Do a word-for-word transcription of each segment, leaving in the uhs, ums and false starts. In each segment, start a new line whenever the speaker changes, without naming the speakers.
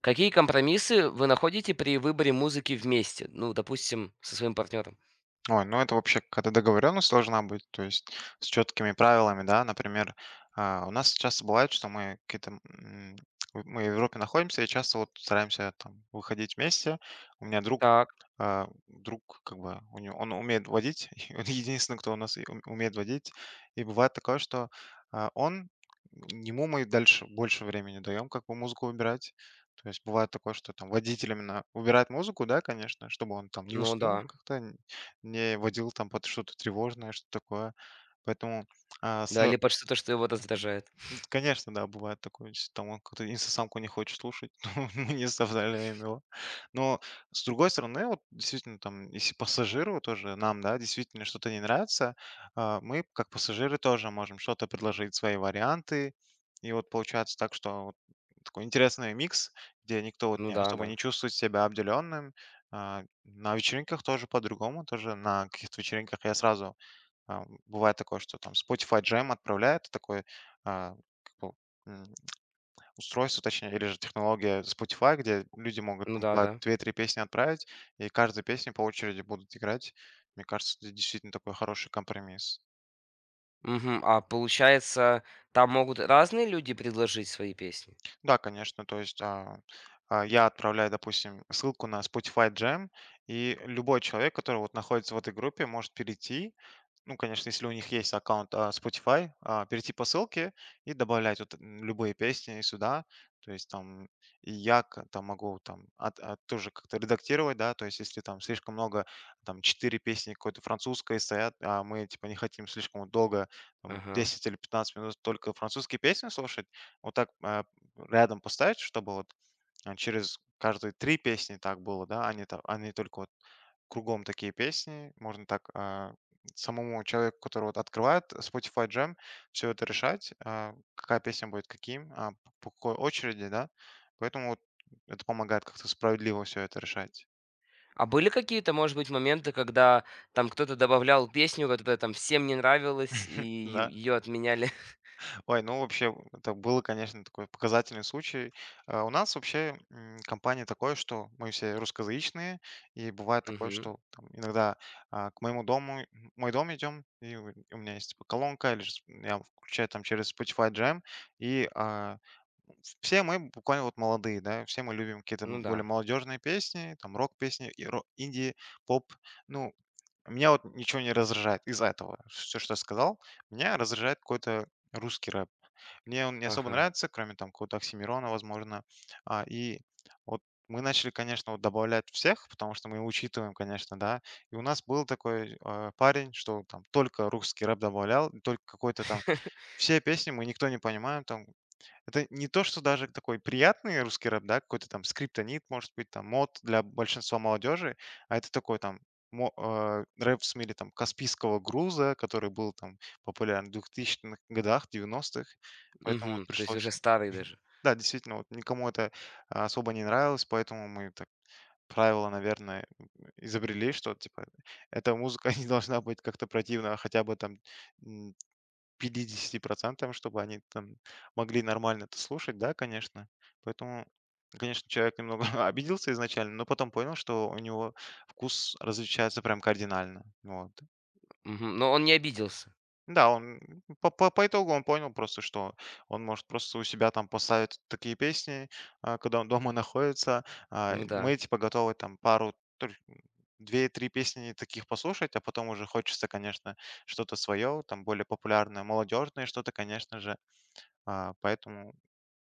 Какие компромиссы вы находите при выборе музыки вместе? Ну, допустим, со своим партнером.
Ой, ну это вообще когда то договоренность должна быть, то есть с четкими правилами, да. Например, а, у нас часто бывает, что мы какие-то, м, вот мы в Европе находимся и часто вот стараемся там выходить вместе. У меня друг,
Так,
а, друг как бы у него, он умеет водить, и он единственный, кто у нас и ум- умеет водить. И бывает такое, что а, он ему мы дальше больше времени даем, как бы музыку выбирать. То есть бывает такое, что там водитель именно выбирает музыку, да, конечно, чтобы он там не
ну да.
уснул как-то, не водил там под что-то тревожное, что такое. Поэтому, а, с
Да, или под что-то, что его
мгм.
раздражает.
Ну, конечно, да, бывает такое, если там он какую-то инстасамку не хочет слушать, ну, мы не заставляем его. Но, с другой стороны, вот действительно, там, если пассажиру тоже, нам, да, действительно что-то не нравится, а, мы, как пассажиры, тоже можем что-то предложить, свои варианты. И вот получается так, что вот такой интересный микс, где никто вот
Ну
не
да,
особо
да.
не чувствует себя обделенным. А, на вечеринках тоже по-другому, тоже на каких-то вечеринках я сразу, а, бывает такое, что там Spotify Jam отправляет такое, а, как его, м, устройство, точнее, или же технология Spotify, где люди могут
Ну
там
да,
по
да.
две-три песни отправить, и каждая песня по очереди будут играть. Мне кажется, это действительно такой хороший компромисс.
Мгм. А получается, там могут разные люди предложить свои песни?
Да, конечно, то есть, а, а, я отправляю, допустим, ссылку на Spotify Jam, и любой человек, который вот находится в этой группе, может перейти. Ну, конечно, если у них есть аккаунт а, Spotify, а, перейти по ссылке и добавлять вот, м, любые песни сюда. То есть там и я к- там могу там от- от- тоже как-то редактировать, да, то есть если там слишком много, там четыре песни какой-то французской стоят, а мы типа не хотим слишком вот долго, там,
Ага.
десять или пятнадцать минут только французские песни слушать, вот так а, рядом поставить, чтобы вот а, через каждые три песни так было, да, а не, та- а не только вот кругом такие песни. Можно так, а, самому человеку, который вот открывает Spotify Jam, все это решать, а, какая песня будет каким, а, п- по какой очереди, да. Поэтому вот это помогает как-то справедливо все это решать.
А были какие-то, может быть, моменты, когда там кто-то добавлял песню, которая там всем не нравилась, и
Да.
ее отменяли?
Ой, ну вообще, это было, конечно, такой показательный случай. А, У нас вообще, м, компания такое, что мы все русскоязычные, и бывает такое,
Мгм.
что там иногда, а, к моему дому, м, мой дом идем, и у у меня есть типа колонка, или же с- я включаю там через Spotify Jam, и а, все мы буквально вот молодые, да, все мы любим какие-то
Ну
более
да.
молодежные песни, там рок-песни, и ро- инди, поп, ну, меня вот ничего не раздражает из-за этого, все, что я сказал, меня раздражает какой-то русский рэп, мне он не особо
Ага.
нравится, кроме там какого-то Оксимирона, возможно. А, и вот мы начали, конечно, вот добавлять всех, потому что мы учитываем, конечно, да. И у нас был такой э, парень, что там только русский рэп добавлял, только какой-то там все песни мы никто не понимаем, там это не то, что даже такой приятный русский рэп, да, какой-то там «Скриптонит», может быть, там «Мод» для большинства молодежи, а это такой там мо э, рэп в смысле там «Каспийского груза», который был там популярен в двухтысячных годах, девяностых. Поэтому вот
Мгм. То есть
пришлось.
уже старый даже.
Да, действительно, вот никому это, а, особо не нравилось, поэтому мы так правило, наверное, м, изобрели, что типа эта музыка не должна быть как-то противна, а хотя бы там пятидесяти процентам, чтобы они там могли нормально это слушать, да, конечно. Поэтому, конечно, человек немного обиделся изначально, но потом понял, что у него вкус различается прям кардинально. Вот.
Мгм. Но он не обиделся.
Да, он по, по, по итогу он понял просто, что он может просто у себя там поставить такие песни, а, когда он дома находится. А,
Ну да.
мы типа готовы там пару, тр- две-три песни таких послушать, а потом уже хочется, конечно, что-то свое, там более популярное, молодежное что-то, конечно же. А, поэтому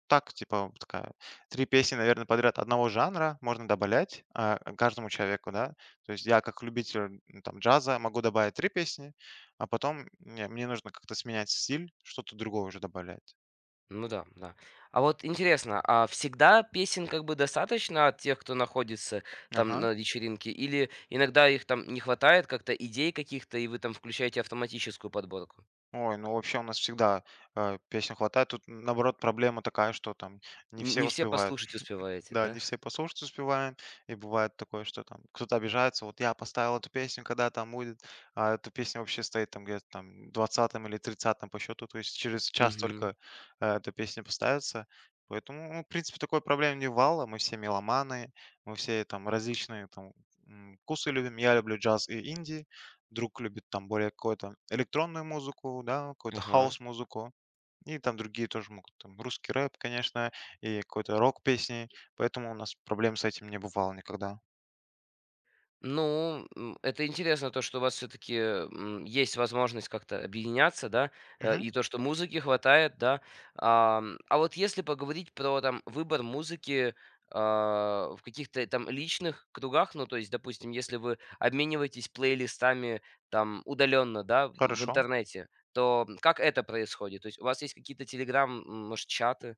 так, типа, вот такая три песни, наверное, подряд одного жанра можно добавлять, а, каждому человеку, да. То есть я как любитель, м, там, джаза могу добавить три песни, а потом мне мне нужно как-то сменять стиль, что-то другое уже добавлять.
Ну да, да. А вот интересно, а всегда песен как бы достаточно от тех, кто находится там
Ага.
на вечеринке, или иногда их там не хватает как-то идей каких-то, и вы там включаете автоматическую подборку?
Ой, ну вообще у нас всегда, э, песен хватает. Тут, наоборот, проблема такая, что там не
Н-
все
Не все
успевают.
послушать успеваете,
Да, не
да?
все послушать успеваем. И бывает такое, что там кто-то обижается. Вот я поставил эту песню, когда там будет, а эта песня вообще стоит там где-то там двадцатом или тридцатом по счету. То есть через час
Угу.
только, э, эта песня поставится. Поэтому, ну, в принципе, такой проблем не вало. Мы все меломаны, мы все там различные там, м, вкусы любим. Я люблю джаз и инди. Друг любит там более какую-то электронную музыку, да, какую-то
Ага.
хаос-музыку. И там другие тоже могут, там русский рэп, конечно, и какой-то рок-песни, поэтому у нас проблем с этим не бывало никогда.
Ну, м, это интересно, то, что у вас все-таки есть возможность как-то объединяться, да, э,
Мгм.
и то, что музыки хватает, да. Ам, А вот если поговорить про там выбор музыки а, в каких-то там личных кругах, ну, то есть, допустим, если вы обмениваетесь плейлистами там удаленно, да, в
Хорошо.
интернете, то как это происходит? То есть у вас есть какие-то телеграм, м, может, чаты?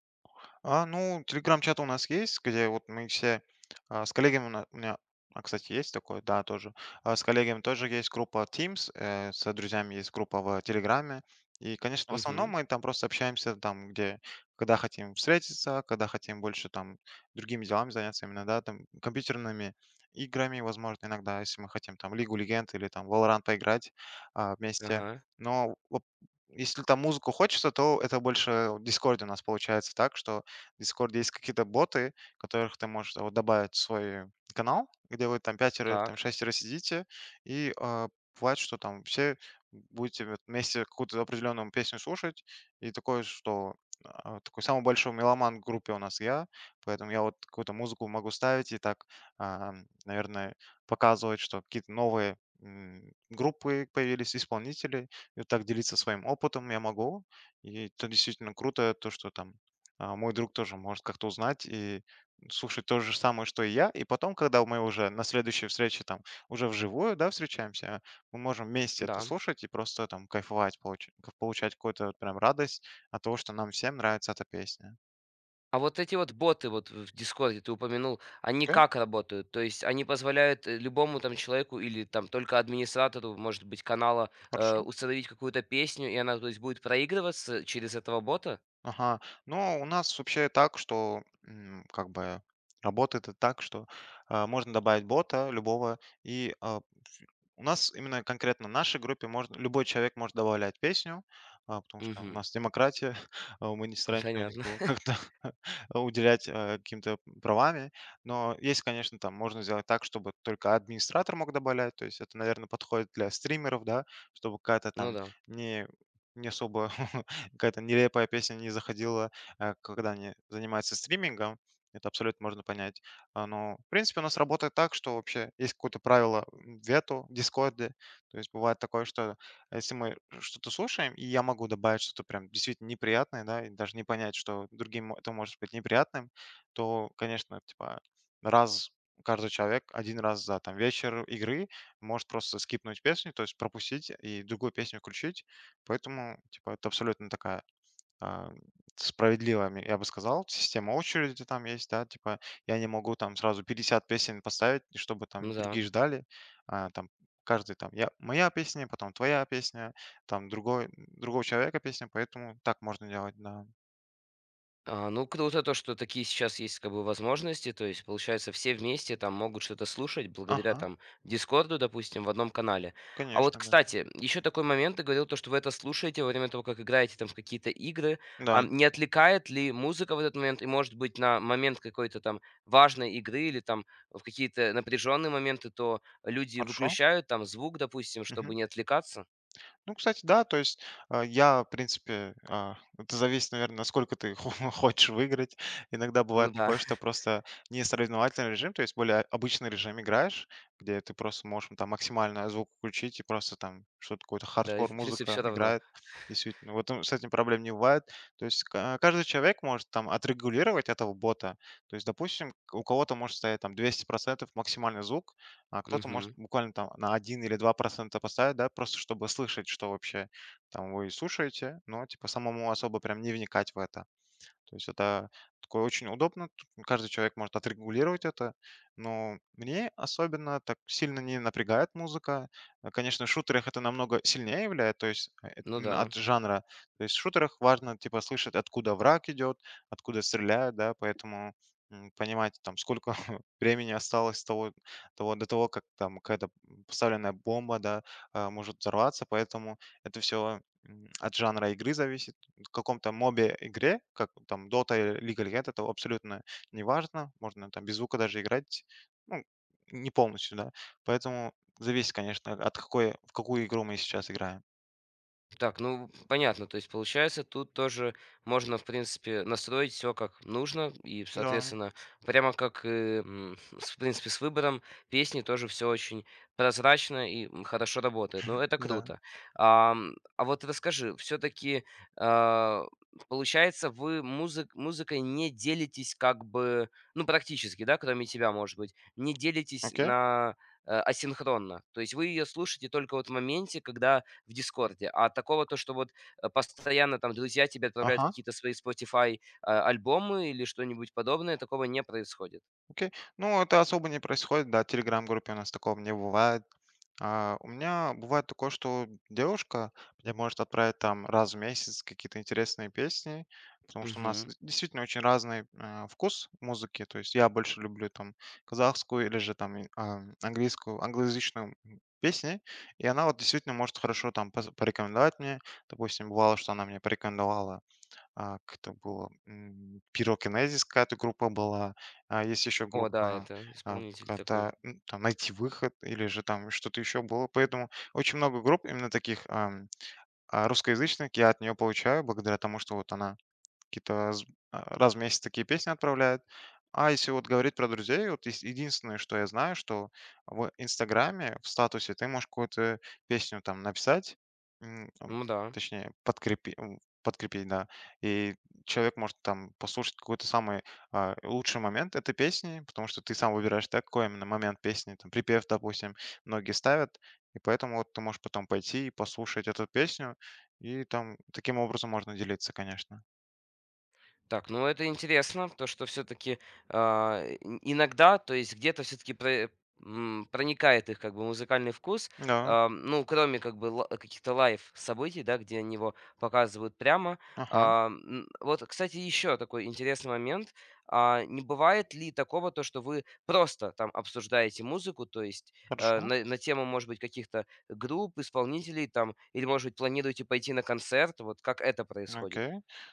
А, ну, телеграм-чат у нас есть, где вот мы все, а, с коллегами у на- у меня, а, кстати, есть такой, да, тоже. А, с коллегами тоже есть группа Teams, э, с друзьями есть группа в Телеграме. И, конечно, в основном
Угу,
мы там просто общаемся там, где, когда хотим встретиться, когда хотим больше там другими делами заняться, именно, да, там компьютерными играми, возможно, иногда, если мы хотим там Лигу Легенд или там Valorant поиграть а, вместе.
ага,
Но вот если там музыку хочется, то это больше в Дискорде у нас получается так, что в Discord есть какие-то боты, которых ты можешь, а, вот добавить в свой канал, где вы там пятеро, там
так,
шестеро сидите, и, а, бывает, что там все будете вот вместе какую-то определенную песню слушать. И такое, что, а, такой самый большой меломан в группе у нас я, поэтому я вот какую-то музыку могу ставить и так, а, наверное, показывать, что какие-то новые, м, группы появились, исполнители. И вот так делиться своим опытом я могу. И это действительно круто, то, что там, а, мой друг тоже может как-то узнать и слушать то же самое, что и я. И потом, когда мы уже на следующей встрече там уже вживую, да, встречаемся, мы можем вместе это
да.
слушать и просто там кайфовать, получ- получать какую-то вот прям радость от того, что нам всем нравится эта песня.
А вот эти вот боты вот в "Дискорде" ты упомянул, они
Окей,
как работают? То есть они позволяют, э, любому там человеку или там только администратору, может быть, канала, э,
хорошо.
установить какую-то песню, и она, то есть, будет проигрываться через этого бота?
Ага. Но у нас вообще так, что, м, как бы работает это так, что, а, можно добавить бота любого, и а, ф- у нас именно конкретно в нашей группе можно, любой человек может добавлять песню, а, потому что у
Мгм.
нас демократия, а, мы не стараемся
Понятно.
никого как-то уделять, э, каким-то правами. Но есть, конечно, там можно сделать так, чтобы только администратор мог добавлять. То есть это, наверное, подходит для стримеров, да, чтобы какая-то
Ну
там
да,
не не особо какая-то нелепая песня не заходила, э, когда они занимаются стримингом. Это абсолютно можно понять. А, но, в принципе, у нас работает так, что вообще есть какое-то правило, м, вето в Дискорде. То есть бывает такое, что если мы что-то слушаем, и я могу добавить что-то прям действительно неприятное, да, и даже не понять, что другим это может быть неприятным, то, конечно, типа раз каждый человек один раз за там вечер игры может просто скипнуть песню, то есть пропустить и другую песню включить. Поэтому, типа, это абсолютно такая, а, справедливая, м, я бы сказал. Система очереди там есть, да, типа, я не могу там сразу пятьдесят песен поставить, и чтобы
ну
там
да.
другие ждали. А, там каждый там, я моя песня, потом твоя песня, там другой другого человека песня, поэтому так можно делать, да.
А, ну, круто то, что такие сейчас есть как бы возможности. То есть, получается, все вместе там могут что-то слушать благодаря
Ага,
там Дискорду, допустим, в одном канале. А вот,
конечно, да.
кстати, еще такой момент, ты говорил то, что вы это слушаете во время того, как играете там в какие-то игры. А
Да,
не отвлекает ли музыка в этот момент и, может быть, на момент какой-то там важной игры или там в какие-то напряженные моменты, то люди
хорошо.
выключают там звук, допустим, чтобы не отвлекаться?
Ну, кстати, да, то есть, а, я, в принципе, а, это зависит, наверное, насколько ты хо- хочешь выиграть. Иногда
Ну
бывает
да,
такое, что просто не соревновательный режим, то есть более обычный режим играешь, где ты просто можешь там максимально звук включить и просто там что-то какое-то
да, и
хардкор
в принципе
музыка
все равно.
играет. Действительно, вот ну, с этим проблем не бывает. То есть ка- а, каждый человек может там отрегулировать этого бота. То есть, допустим, к- у кого-то может стоять там двести процентов максимальный звук, а кто-то может
Мгм.
буквально там на один или два процента поставить, да, просто чтобы слышать, что вообще там вы слушаете, но типа самому особо прям не вникать в это. То есть это такое очень удобно. Тут каждый человек может отрегулировать это. Но мне особенно так сильно не напрягает музыка. А, конечно, в шутерах это намного сильнее является, то есть э, э,
Ну да.
именно от жанра. То есть в шутерах важно типа слышать, откуда враг идет, откуда стреляют, да, поэтому, м, понимать, там, сколько времени осталось того, того, до того, как там какая-то поставленная бомба, да, а, может взорваться, поэтому это все от жанра игры зависит. Каком-то мобе игре, как там Dota или League of Legends, это абсолютно не важно. Можно там без звука даже играть. Ну, не полностью, да. Поэтому зависит, конечно, от какой, в какую игру мы сейчас играем.
Так, ну понятно, то есть получается, тут тоже можно, в принципе, настроить все как нужно и,
Да,
соответственно, прямо как, э, м, с в принципе, с выбором песни тоже все очень прозрачно и, м, хорошо работает. Ну, это
да.
круто. Ам, а вот расскажи, все таки получается, вы музык музыкой не делитесь как бы, ну, практически, да, кроме тебя, может быть, не делитесь
Окей.
на э, асинхронно. То есть вы ее слушаете только вот в моменте, когда в Дискорде. А такого, то, что вот э, постоянно там друзья тебе отправляют
Ага,
какие-то свои Spotify а, альбомы или что-нибудь подобное, такого не происходит.
окей. Ну, это особо не происходит, да. В Телеграм-группе у нас такого не бывает. А, у меня бывает такое, что девушка мне может отправить там раз в месяц какие-то интересные песни, потому что у нас д-
Мгм.
действительно очень разный э, вкус музыки. То есть я больше люблю там казахскую или же там и, а, английскую, англоязычную м, песни, и она вот действительно может хорошо там пос- порекомендовать мне. Допустим, бывало, что она мне порекомендовала а, кто было М, Пирокинезис, какая-то группа была. А, есть еще
О, да,
группа
это
а,
исполнитель такой.
какая-то, м, там, «Найти выход» или же там что-то еще было. Поэтому очень много групп именно таких ам, а, русскоязычных я от нее получаю благодаря тому, что вот она Какие-то раз а, раз в месяц такие песни отправляет. А если вот говорить про друзей, вот ес единственное, что я знаю, что в «Инстаграме», в статусе ты можешь какую-то песню там написать, м, ам,
Ну да.
точнее подкрепи м, подкрепить, да. И человек может там послушать какой-то самый, а, лучший момент этой песни, потому что ты сам выбираешь, да, какой именно момент песни, там припев, допустим, многие ставят. И поэтому вот ты можешь потом пойти и послушать эту песню, и там таким образом можно делиться, конечно.
Так, ну это интересно, то, что все-таки иногда, то есть где-то все-таки проникает их как бы музыкальный вкус,
Да.
а, ну, кроме как бы ла- каких-то лайв событий, да, где они его показывают прямо.
Ага,
А, м, Вот, кстати, еще такой интересный момент. А, не бывает ли такого, то, что вы просто там обсуждаете музыку, то есть э,
хорошо,
на, на тему, может быть, каких-то групп, исполнителей там, или, может быть, планируете пойти на концерт, вот как это происходит?
окей.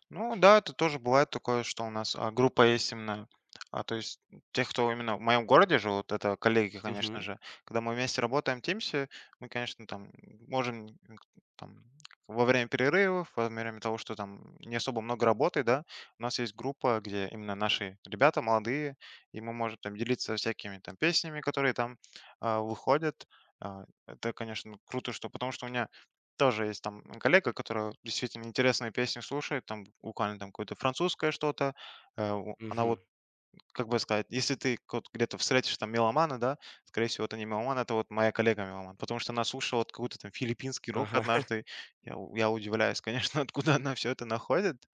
Ну да, это тоже бывает такое, что у нас а, группа есть именно, а, то есть тех, кто именно в моем городе живут, это коллеги, конечно же. Когда мы вместе работаем в Teams, мы, конечно, там можем м, там, во время перерывов, во время того, что там не особо много работы, да, у нас есть группа, где именно наши ребята молодые, и мы можем там делиться всякими там песнями, которые там а, выходят. А, Это, конечно, круто, что потому что у меня тоже есть там коллега, который действительно интересные песни слушает, там буквально там какое-то французское что-то. Э, у она
Угу,
вот, как бы сказать, если ты вот где-то встретишь там меломана, да, скорее всего, это не меломан, это вот моя коллега меломан, потому что она слушала вот какой-то там филиппинский рок
ага.
однажды. Я у я удивляюсь, конечно, откуда она все это находит.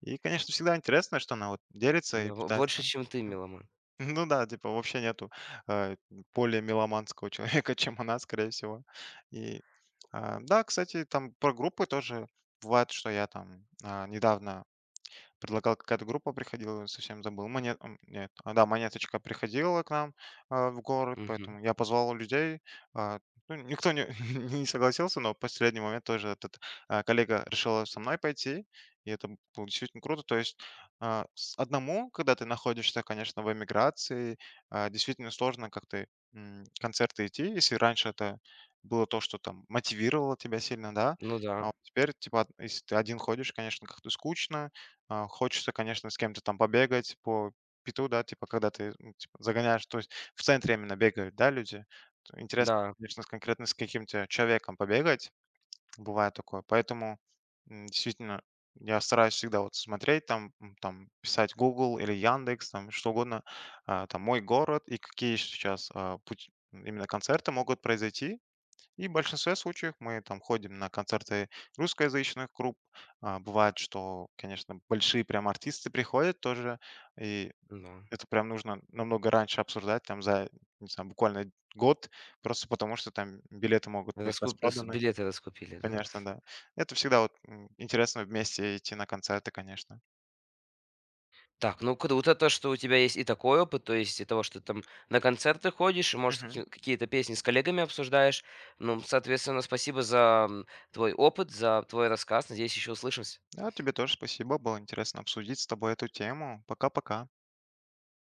И, конечно, всегда интересно, что она вот делится и
Ну, бо больше,
пытается
чем ты, меломан.
ну да, типа вообще нету, э, более меломанского человека, чем она, скорее всего. И, а, да, кстати, там про группы тоже бывает, что я там, а, недавно предлагал, какая-то группа приходила, совсем забыл. Монет, м, нет, а, да, Монеточка приходила к нам, а, в город,
Мгм.
поэтому я позвал людей. А, ну, никто не не согласился, но в последний момент тоже этот, а, коллега решила со мной пойти, и это было действительно круто. То есть, а, с одному, когда ты находишься, конечно, в эмиграции, а, действительно сложно как-то, м, концерты идти. Если раньше это было то, что там мотивировало тебя сильно, да,
Ну
а
да,
вот теперь, типа, од- если ты один ходишь, конечно, как-то скучно. А, хочется, конечно, с кем-то там побегать по пету, да, типа, когда ты, ну, типа, загоняешь, то есть в центре именно бегают, да, люди. То Интересно,
да,
конечно, с- конкретно с каким-то человеком побегать, бывает такое, поэтому м, действительно я стараюсь всегда вот смотреть, там, м, там писать Google или Яндекс, там что угодно, а, там мой город и какие сейчас а, путь- именно концерты могут произойти, и в большинстве случаев мы там ходим на концерты русскоязычных групп. А, бывает, что, конечно, большие прям артисты приходят тоже, и
да.
это прям нужно намного раньше обсуждать, там за, не знаю, буквально год, просто потому что там билеты могут быть
Раску с
распроданы.
Билеты раскупили, да?
Конечно, да. Это всегда вот м, интересно вместе идти на концерты, конечно.
Так, ну круто то, что у тебя есть и такой опыт, то есть и того, что ты там на концерты ходишь, и, может,
Мгм.
каки какие-то песни с коллегами обсуждаешь. Ну, соответственно, спасибо за, м, твой опыт, за твой рассказ. Надеюсь, еще услышимся.
Да, тебе тоже спасибо. Было интересно обсудить с тобой эту тему. Пока-пока.